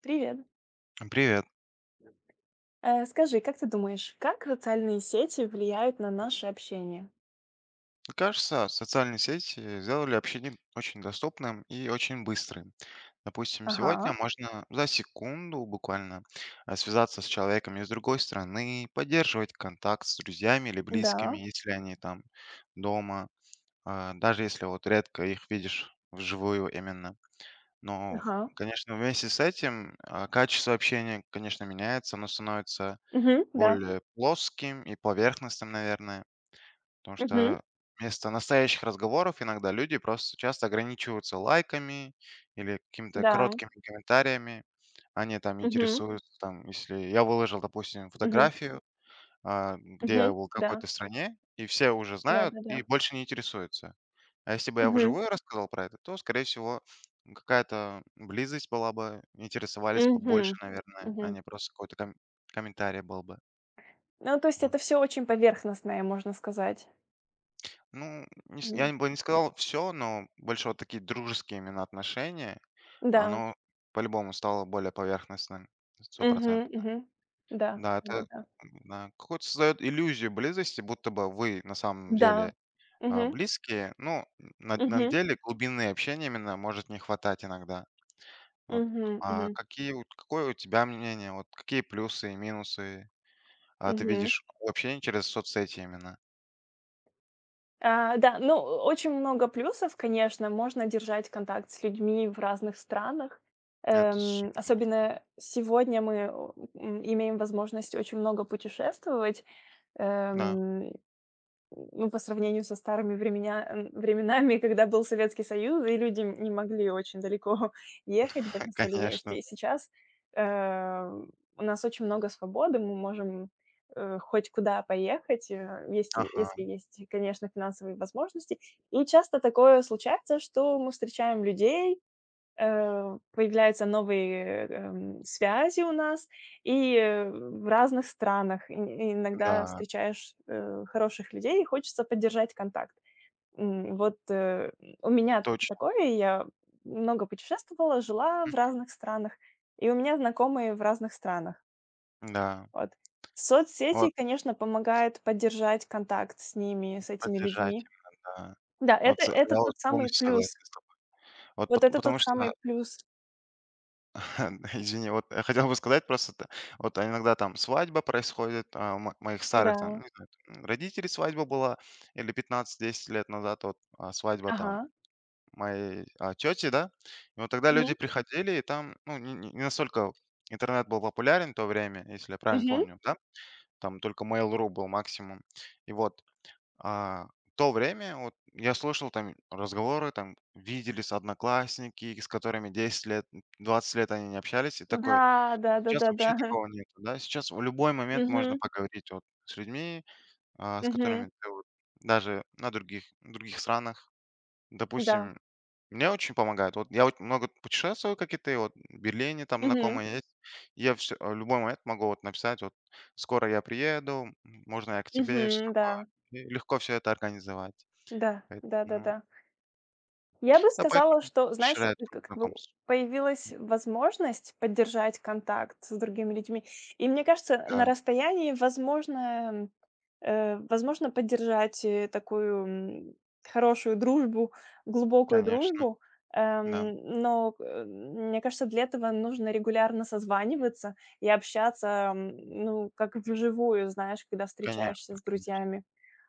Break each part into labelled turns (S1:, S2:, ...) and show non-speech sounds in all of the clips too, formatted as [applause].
S1: Привет.
S2: Привет.
S1: Скажи, как ты думаешь, как социальные сети влияют на наше общение?
S2: Кажется, социальные сети сделали общение очень доступным и очень быстрым. Допустим,
S1: Ага,
S2: сегодня можно за секунду буквально связаться с человеком из другой страны, поддерживать контакт с друзьями или
S1: да,
S2: близкими, если они там дома, даже если вот редко их видишь вживую именно. Но,
S1: ага,
S2: конечно, вместе с этим качество общения, конечно, меняется, оно становится
S1: мгм, да,
S2: более плоским и поверхностным, наверное. Потому
S1: мгм,
S2: что вместо настоящих разговоров иногда люди просто часто ограничиваются лайками или какими-то
S1: да,
S2: короткими комментариями. Они там
S1: мгм,
S2: интересуются, там, если я выложил, допустим,
S1: мгм,
S2: фотографию, где я
S1: мгм,
S2: был в
S1: да,
S2: какой-то стране, и все уже знают и
S1: да-да-да,
S2: больше не интересуются. А если бы я
S1: мгм,
S2: вживую рассказал про это, то, скорее всего, какая-то близость была бы, интересовались побольше,
S1: мгм,
S2: наверное, а
S1: мгм.
S2: не просто какой-то комментарий был бы.
S1: Ну, то есть
S2: Вот.
S1: это все очень поверхностное, можно сказать.
S2: Ну, не с
S1: М,
S2: я бы не сказал все, но больше вот такие дружеские именно отношения,
S1: да,
S2: оно по-любому стало более поверхностным,
S1: мгм,
S2: 100.
S1: мгм, да,
S2: Да,
S1: да-да-да,
S2: это,
S1: да,
S2: да, какую-то создает иллюзию близости, будто бы вы на самом
S1: да.
S2: деле,
S1: Да. Мгм,
S2: близкие. Но на
S1: мгм,
S2: деле глубины общения именно может не хватать иногда. Вот. А
S1: мгм.
S2: какие вот какое у тебя мнение? Вот какие плюсы и минусы, ты видишь в общении через соцсети именно?
S1: А, да, ну, очень много плюсов, конечно. Можно держать контакт с людьми в разных странах.
S2: Это супер.
S1: Особенно сегодня мы имеем возможность очень много путешествовать.
S2: Да,
S1: Эм, ну, по сравнению со старыми временами, когда был Советский Союз, и люди не могли очень далеко [laughs] ехать,
S2: [laughs]
S1: большинство людей.
S2: конечно.
S1: И сейчас, э, у нас очень много свободы, мы можем, хоть куда поехать, э, есть и если
S2: Ага,
S1: есть, конечно, финансовые возможности. И часто такое случается, что мы встречаем людей, появляются новые, связи у нас, и, в разных странах и иногда
S2: да.
S1: встречаешь, хороших людей, и хочется поддержать контакт. Вот, у меня
S2: Точно.
S1: такое, я много путешествовала, жила в
S2: Мгм.
S1: разных странах, и у меня знакомые в разных странах.
S2: Да.
S1: Вот. Соцсети,
S2: Вот,
S1: конечно, помогают поддержать контакт с ними, с этими
S2: поддержать
S1: людьми.
S2: именно, да.
S1: Да, это
S2: Вот с
S1: это
S2: я вот
S1: тот самый
S2: полностью
S1: плюс.
S2: согласен с тобой. Вот
S1: Вот
S2: пот
S1: это тот
S2: потому что,
S1: самый плюс.
S2: [laughs] извини, вот я хотел бы сказать просто т вот иногда там свадьба происходит, мо моих старых там,
S1: Да.
S2: не знаю, там, родителей свадьба была или пятнадцать десять лет назад вот, свадьба там
S1: Ага.
S2: моей, тети, да. И вот тогда люди приходили, и там, ну, не настолько интернет был популярен в то время, если я правильно
S1: Мгм.
S2: помню, да. Там только "Mail.ru" был максимум. И вот. А в то время вот я слышал там разговоры, там виделись одноклассники, с которыми 10 лет, 20 лет они не общались, и такой
S1: Да,
S2: сейчас вообще
S1: да-да-да-да.
S2: такого нет, да. Сейчас в любой момент можно
S1: Мгм,
S2: поговорить вот с людьми, с
S1: мгм,
S2: которыми ты вот даже на других странах.
S1: да.
S2: Допустим, мне очень помогает. Вот я вот много путешествую, как и ты, вот в Берлине там
S1: Мгм,
S2: знакомые есть. Я всё в любой момент могу вот написать, вот скоро я приеду, можно я к тебе, все
S1: мгм,
S2: такое.
S1: да,
S2: И легко все это организовать.
S1: да,
S2: Поэтому
S1: да-да-да. Я бы
S2: да,
S1: сказала,
S2: поэтому
S1: что, знаешь,
S2: расширяет круг
S1: как бы
S2: знакомств.
S1: появилась возможность поддержать контакт с другими людьми. И мне кажется, на
S2: Да,
S1: расстоянии возможно поддержать, такую, хорошую дружбу, глубокую
S2: конечно,
S1: дружбу.
S2: да,
S1: Но, мне кажется, для этого нужно регулярно созваниваться и общаться, ну, как вживую, знаешь, когда встречаешься
S2: конечно,
S1: с
S2: конечно,
S1: друзьями.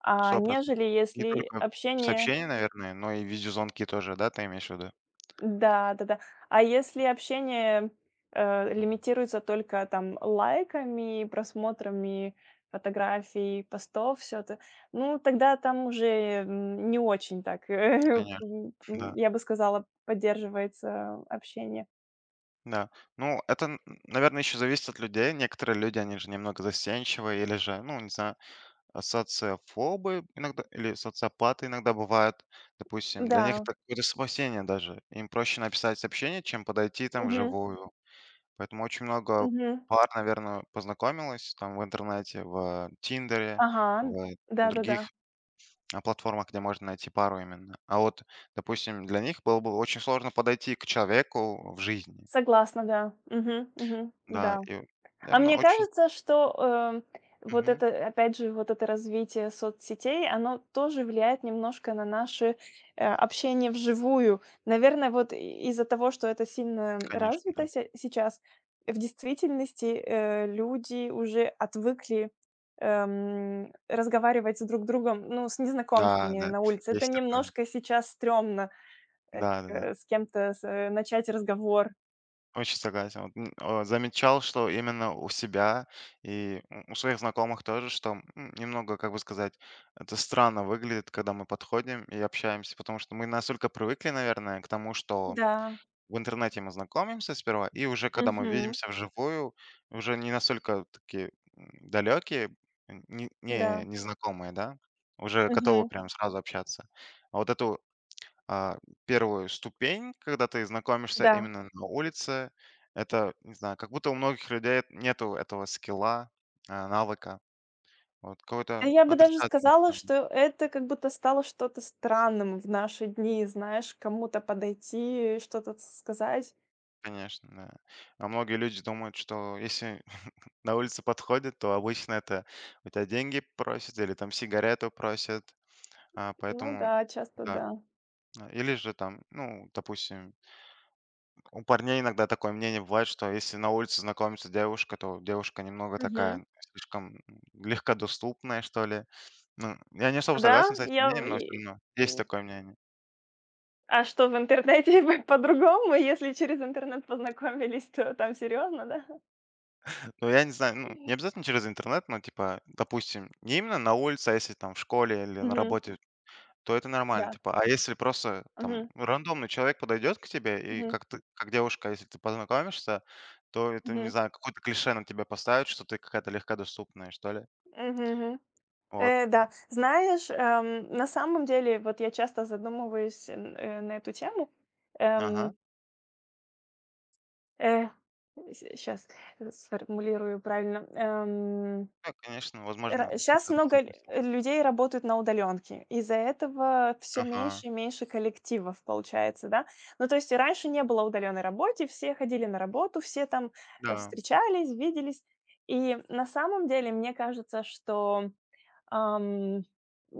S1: А
S2: 100.
S1: нежели
S2: Не
S1: если
S2: только
S1: общение.
S2: сообщения, наверное, но и видеозвонки тоже, да, ты имеешь в виду?
S1: Да-да-да. А если общение, лимитируется только там лайками, просмотрами фотографий, постов, все это, ну, тогда там уже, не очень так, [laughs]
S2: Конечно, да,
S1: я бы сказала, поддерживается общение.
S2: да. Ну, это, наверное, еще зависит от людей. Некоторые люди, они же немного застенчивые или же, ну, не знаю, социофобы иногда или социопаты иногда бывают. Допустим, для них
S1: Да.
S2: это какое-то спасение даже. Им проще написать сообщение, чем подойти там
S1: Мгм.
S2: вживую. Поэтому очень много
S1: Мгм.
S2: пар, наверное, познакомилось там в интернете, в "Тиндере",
S1: Ага.
S2: в там других,
S1: Да-да-да.
S2: платформах, где можно найти пару именно. А вот, допустим, для них было бы очень сложно подойти к человеку в жизни.
S1: Согласна, да. Мгм. Мгм.
S2: Да,
S1: Да.
S2: и,
S1: А
S2: наверное,
S1: мне
S2: очень.
S1: кажется, что, вот
S2: Мгм.
S1: это, опять же, вот это развитие соцсетей, оно тоже влияет немножко на наше, общение вживую. Наверное, вот и из-за того, что это сильно
S2: Конечно, да.
S1: развито се сейчас, в действительности, люди уже отвыкли, разговаривать с друг другом, ну, с
S2: Да,
S1: незнакомцами
S2: да,
S1: на улице. Это
S2: есть такое.
S1: немножко сейчас стрёмно, к
S2: Да-да-да.
S1: с кем-то с начать разговор.
S2: Очень согласен. Вот, замечал, что именно у себя и у своих знакомых тоже, что немного, как бы сказать, это странно выглядит, когда мы подходим и общаемся, потому что мы настолько привыкли, наверное, к тому, что
S1: Да.
S2: в интернете мы знакомимся сперва, и уже когда мы
S1: Мгм.
S2: видимся вживую, уже не настолько такие далекие,
S1: Да.
S2: незнакомые, да, уже готовы
S1: Мгм.
S2: прям сразу общаться. А вот это а, первую ступень, когда ты знакомишься
S1: Да.
S2: именно на улице. Это, не знаю, как будто у многих людей нету этого скилла, навыка. Вот
S1: Да
S2: какой-то
S1: я бы даже
S2: отрицательной
S1: сказала,
S2: стороны,
S1: что это как будто стало что-то странным в наши дни, знаешь, к кому-то подойти, что-то сказать.
S2: конечно, да. А многие люди думают, что если [laughs] на улице подходят, то обычно это у тебя деньги просят или там сигарету просят.
S1: Ну
S2: Поэтому,
S1: да, часто
S2: да.
S1: да.
S2: Или же там, ну, допустим, у парней иногда такое мнение бывает, что если на улице знакомится девушка, то девушка немного
S1: Мгм.
S2: такая слишком легкодоступная, что ли. Ну, я не особо
S1: Да,
S2: согласен с этим
S1: я в
S2: мнением, но все
S1: и
S2: равно есть
S1: м.
S2: такое мнение.
S1: А что, в интернете [laughs] по-другому? Если через интернет познакомились, то там серьезно, да?
S2: Но я не знаю, ну, не
S1: Мгм.
S2: обязательно через интернет, но, типа, допустим, не именно на улице, а если там в школе или на
S1: Мгм.
S2: работе, то это нормально,
S1: Да.
S2: типа. А если просто там
S1: Мгм.
S2: рандомный человек подойдет к тебе, и
S1: Мгм.
S2: как ты, как девушка, если ты познакомишься, то это, не
S1: Мгм.
S2: знаю, какое-то клише на тебя поставят, что ты какая-то легкодоступная, что ли.
S1: Мгм.
S2: Вот.
S1: Да. Знаешь, на самом деле, вот я часто задумываюсь, на эту тему.
S2: Ага.
S1: Эм Э, Сейчас сформулирую правильно.
S2: Да, конечно, возможно,
S1: Сейчас
S2: какие-то
S1: много
S2: отрицательные стороны.
S1: людей работают на удаленке, из-за этого все
S2: Ага,
S1: меньше и меньше коллективов получается, да. Ну, то есть и раньше не было удаленной работы, все ходили на работу, все там,
S2: да,
S1: встречались, виделись. И на самом деле, мне кажется, что Ам, э,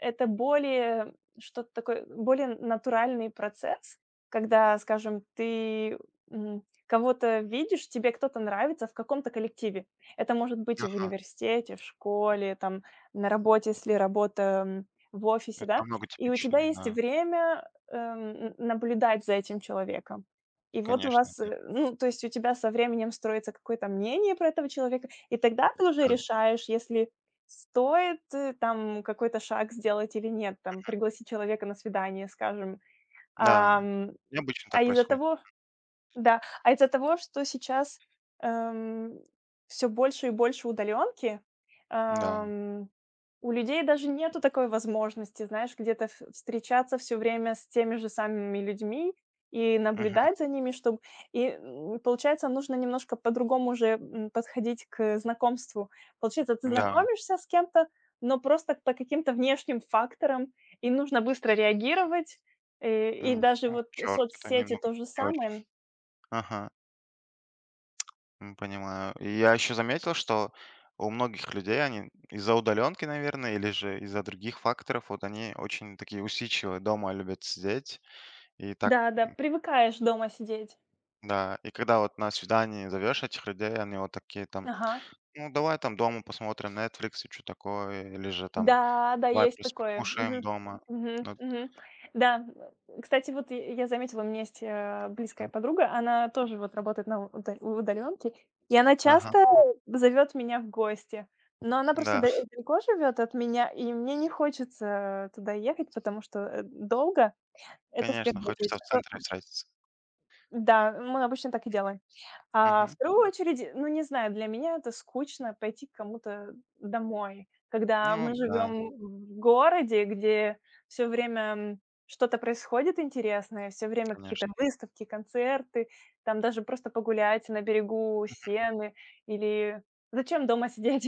S1: это более что-то такое, более натуральный процесс, когда, скажем, ты, кого-то видишь, тебе кто-то нравится в каком-то коллективе. Это может быть и в
S2: ага.
S1: университете, в школе, там, на работе, если работа, в офисе,
S2: Это
S1: да.
S2: намного
S1: И у тебя
S2: типичнее,
S1: есть
S2: да,
S1: время, наблюдать за этим человеком. И вот у
S2: конечно,
S1: вас,
S2: да,
S1: ну, то есть у тебя со временем строится какое-то мнение про этого человека, и тогда ты уже
S2: да.
S1: решаешь, если стоит, там какой-то шаг сделать или нет, там пригласить человека на свидание, скажем.
S2: Да,
S1: Ам,
S2: и обычно
S1: а
S2: так
S1: из-за
S2: происходит.
S1: того, да, а из-за того, что сейчас, все больше и больше удаленки
S2: Да,
S1: эм, у людей даже нету такой возможности, знаешь, где-то ф встречаться все время с теми же самыми людьми и
S2: мгм,
S1: наблюдать за ними, чтобы получается, нужно немножко по-другому уже, подходить к знакомству. Получается, ты
S2: да,
S1: знакомишься с кем-то, но просто по каким-то внешним факторам, и нужно быстро реагировать. И и
S2: м,
S1: даже вот
S2: черт, это
S1: соцсети
S2: немного
S1: то же
S2: не
S1: самое.
S2: очень. Ага, понимаю. И я еще заметил, что у многих людей они из-за удаленки, наверное, или же из-за других факторов, вот они очень такие усидчивые, дома любят сидеть. И так,
S1: Да, да, привыкаешь дома сидеть.
S2: да, и когда вот на свидание зовешь этих людей, они вот такие там.
S1: Ага.
S2: Ну, давай там дома посмотрим "Нетфликс" и что такое, или же там
S1: Да, да,
S2: давай
S1: есть
S2: просто
S1: такое.
S2: покушаем
S1: Мгм.
S2: дома.
S1: Мгм,
S2: Ну
S1: мгм. Да, кстати, вот я заметила, у меня есть, близкая
S2: мгм.
S1: подруга, она тоже вот работает на уд удалёнке, и она
S2: Ага,
S1: часто зовёт меня в гости. Но она просто
S2: да,
S1: да
S2: [laughs]
S1: далеко живёт от меня, и мне не хочется туда ехать, потому что, долго. Это в
S2: конечно,
S1: первую
S2: хочется
S1: очередь.
S2: в центре встретиться.
S1: Да, мы обычно так и делаем. А в
S2: Мгм.
S1: вторую очередь, ну, не знаю, для меня это скучно пойти к кому-то домой, когда
S2: Ну
S1: мы
S2: да,
S1: живем в городе, где все время что-то происходит интересное, все время какие-то
S2: конечно,
S1: выставки, концерты, там даже просто погулять на берегу Сены или зачем дома сидеть?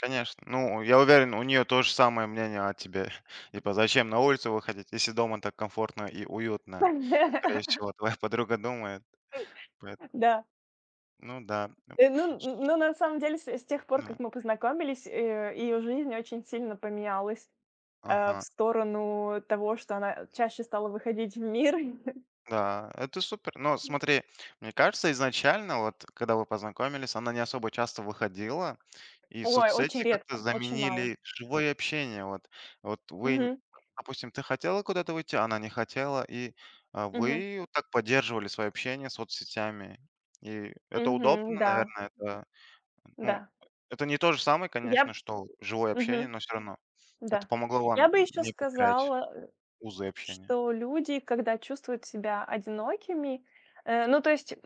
S2: конечно. Ну, я уверен, у нее то же самое мнение о тебе. [laughs] Типа, зачем на улицу выходить, если дома так комфортно и уютно? Скорее всего,
S1: [laughs]
S2: твоя [laughs] подруга думает. Поэт
S1: Да.
S2: ну да. М.
S1: Э, Ну,
S2: Ш
S1: н- ну, на самом деле, с тех пор, как
S2: да.
S1: мы познакомились, ее жизнь очень сильно поменялась. В
S2: Ага.
S1: сторону того, что она чаще стала выходить в мир. [laughs]
S2: Да, это супер. Но смотри, мне кажется, изначально, вот когда вы познакомились, она не особо часто выходила, и
S1: Ой, очень
S2: соцсети как-то
S1: редко, очень мало.
S2: заменили живое общение. Вот, вот вы,
S1: Мгм,
S2: допустим, ты хотела куда-то выйти, она не хотела, и
S1: мгм,
S2: вы вот так поддерживали свое общение соцсетями. И это
S1: мгм,
S2: удобно,
S1: да,
S2: наверное, это, ну,
S1: да.
S2: это не то же самое,
S1: Я б
S2: конечно, что живое общение,
S1: мгм,
S2: но все равно
S1: да.
S2: это помогло
S1: Я
S2: вам
S1: бы еще
S2: не потерять
S1: сказала,
S2: узы общения.
S1: что люди, когда чувствуют себя одинокими, ну, то есть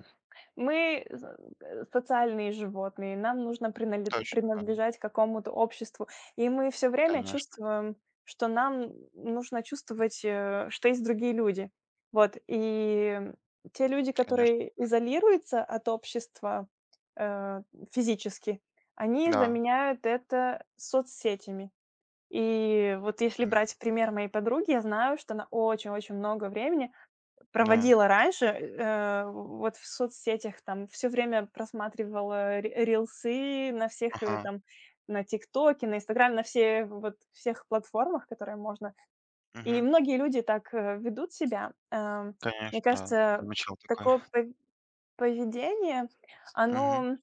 S1: Мы з социальные животные, нам нужно принали
S2: Точно, да,
S1: принадлежать какому-то обществу, и мы все время
S2: конечно,
S1: чувствуем, что нам нужно чувствовать, что есть другие люди. Вот, и те люди,
S2: конечно,
S1: которые изолируются от общества, э, физически, они
S2: да.
S1: заменяют это соцсетями. И вот если брать пример моей подруги, я знаю, что она очень-очень много времени
S2: Да.
S1: проводила раньше, вот в соцсетях там все время просматривала ри рилсы на всех,
S2: Ага.
S1: там, на "Тиктоке", на "Инстаграме", на всех платформах, которые можно. И
S2: Мгм.
S1: многие люди так, ведут себя. Мне
S2: Конечно, да.
S1: кажется,
S2: Замечал такое.
S1: такое поведение,
S2: Мгм.
S1: оно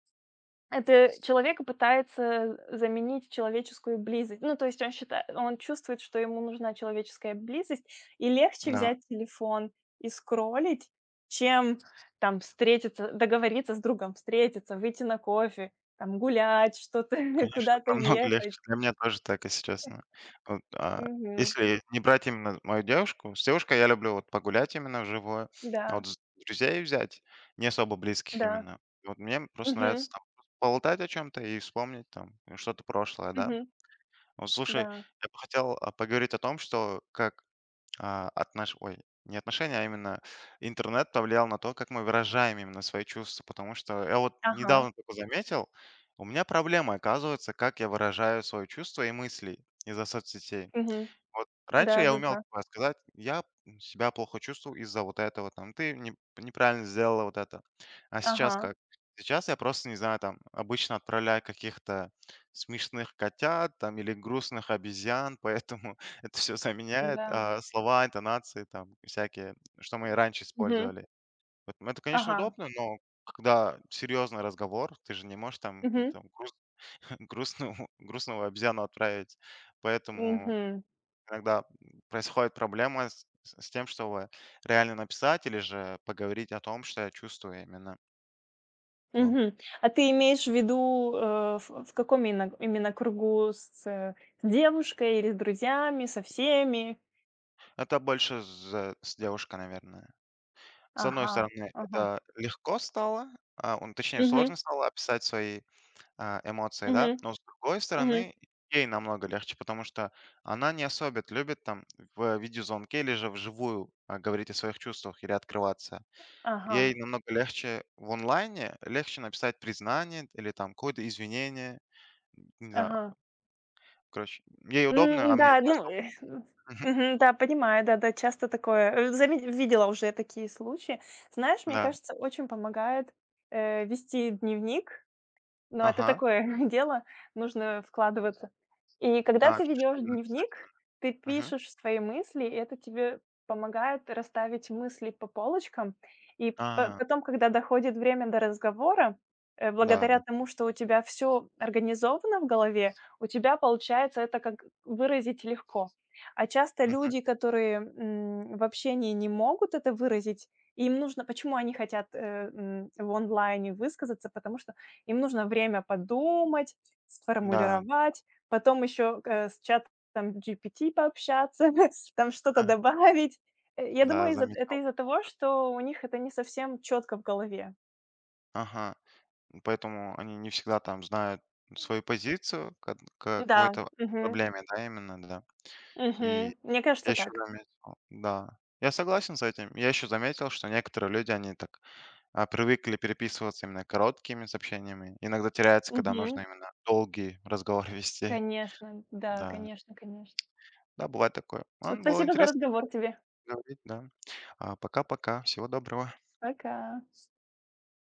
S1: это человека пытается заменить человеческую близость. Ну, то есть он считает, он чувствует, что ему нужна человеческая близость, и легче
S2: Да,
S1: взять телефон и скроллить, чем там встретиться, договориться с другом, встретиться, выйти на кофе, там гулять, что-то, [laughs]
S2: конечно,
S1: куда-то
S2: это намного [laughs]
S1: ехать.
S2: легче. Для меня тоже так, если честно. Вот,
S1: Мгм.
S2: если не брать именно мою девушку, с девушкой я люблю вот погулять именно вживую, а
S1: Да,
S2: вот с друзей взять, не особо близких
S1: да.
S2: именно. Вот мне просто
S1: Мгм,
S2: нравится там поболтать о чем-то и вспомнить там что-то прошлое, да.
S1: мгм,
S2: Вот слушай,
S1: да.
S2: я бы хотел, поговорить о том, что как. А, отнош ой, не отношения, а именно интернет повлиял на то, как мы выражаем именно свои чувства. Потому что я вот
S1: Ага.
S2: недавно только заметил, у меня проблема, оказывается, как я выражаю свои чувства и мысли из-за соцсетей.
S1: Мгм.
S2: Вот раньше я умел
S1: Да-да-да.
S2: такое сказать: "Я, себя плохо чувствую из-за вот этого, там, ты не неправильно сделала вот это". А сейчас
S1: Ага.
S2: как? Сейчас я просто, не знаю, там, обычно отправляю каких-то смешных котят, там, или грустных обезьян, поэтому [laughs] это все заменяет,
S1: Да.
S2: слова, интонации, там, всякие, что мы и раньше
S1: Мгм.
S2: использовали. Поэтому это, конечно,
S1: Ага.
S2: удобно, но когда серьезный разговор, ты же не можешь там,
S1: Мгм.
S2: там груст [laughs] грустную грустного обезьяну отправить. Поэтому
S1: Мгм.
S2: иногда происходит проблема с тем, чтобы реально написать или же поговорить о том, что я чувствую именно. Вот.
S1: Мгм. А ты имеешь в виду, в каком именно кругу? С девушкой или с друзьями, со всеми?
S2: Это больше з с девушкой, наверное. С одной
S1: Ага,
S2: стороны,
S1: ага.
S2: это легко стало, он точнее,
S1: Мгм,
S2: сложно стало описать свои, эмоции,
S1: мгм,
S2: да, но с другой
S1: мгм.
S2: стороны, ей намного легче, потому что она не особо любит там в видеозвонке или же вживую, говорить о своих чувствах или открываться.
S1: Ага,
S2: Ей намного легче в онлайне, легче написать признание или там какое-то извинение. Не знаю,
S1: ага.
S2: короче, ей удобно, а мне
S1: Да,
S2: не
S1: ну,
S2: особо. Мгм.
S1: мгм, да, понимаю, да-да, часто такое, заме видела уже такие случаи. Знаешь, мне
S2: Да.
S1: кажется, очень помогает, вести дневник. Но это
S2: Ага.
S1: такое [laughs] дело, нужно вкладываться. И когда
S2: А
S1: ты
S2: что
S1: ведешь
S2: именно писать
S1: дневник, ты
S2: именно? Мгм.
S1: пишешь свои мысли, и это тебе помогает расставить мысли по полочкам. И по
S2: А,
S1: потом, когда доходит время до разговора, благодаря
S2: да-да.
S1: тому, что у тебя все организовано в голове, у тебя получается это как выразить легко. А часто
S2: Мгм.
S1: люди, которые, в общении не могут это выразить, им нужно почему они хотят, в онлайне высказаться? Потому что им нужно время подумать,
S2: Да.
S1: сформулировать, потом еще, с чатом GPT пообщаться, [laughs] там что-то
S2: Да,
S1: добавить. Я
S2: да,
S1: думаю, из-за это
S2: замечал.
S1: из-за того, что у них это не совсем четко в голове.
S2: Ага. Поэтому они не всегда там знают свою позицию к
S1: Да,
S2: какой-то
S1: мгм,
S2: проблеме, да, именно, да. И
S1: мгм. Мне
S2: я
S1: кажется,
S2: еще
S1: так.
S2: заметил, да. Я согласен с этим. Я еще заметил, что некоторые люди, они так привыкли переписываться именно короткими сообщениями. Иногда теряется, когда
S1: Мгм.
S2: нужно именно долгий разговор [laughs] вести.
S1: Конечно, да,
S2: Да,
S1: конечно, конечно.
S2: да, бывает такое.
S1: Ну,
S2: Ладно, было
S1: спасибо за
S2: интересно с
S1: разговор
S2: тобой
S1: тебе.
S2: поговорить, да. Пока-пока, всего доброго.
S1: Пока.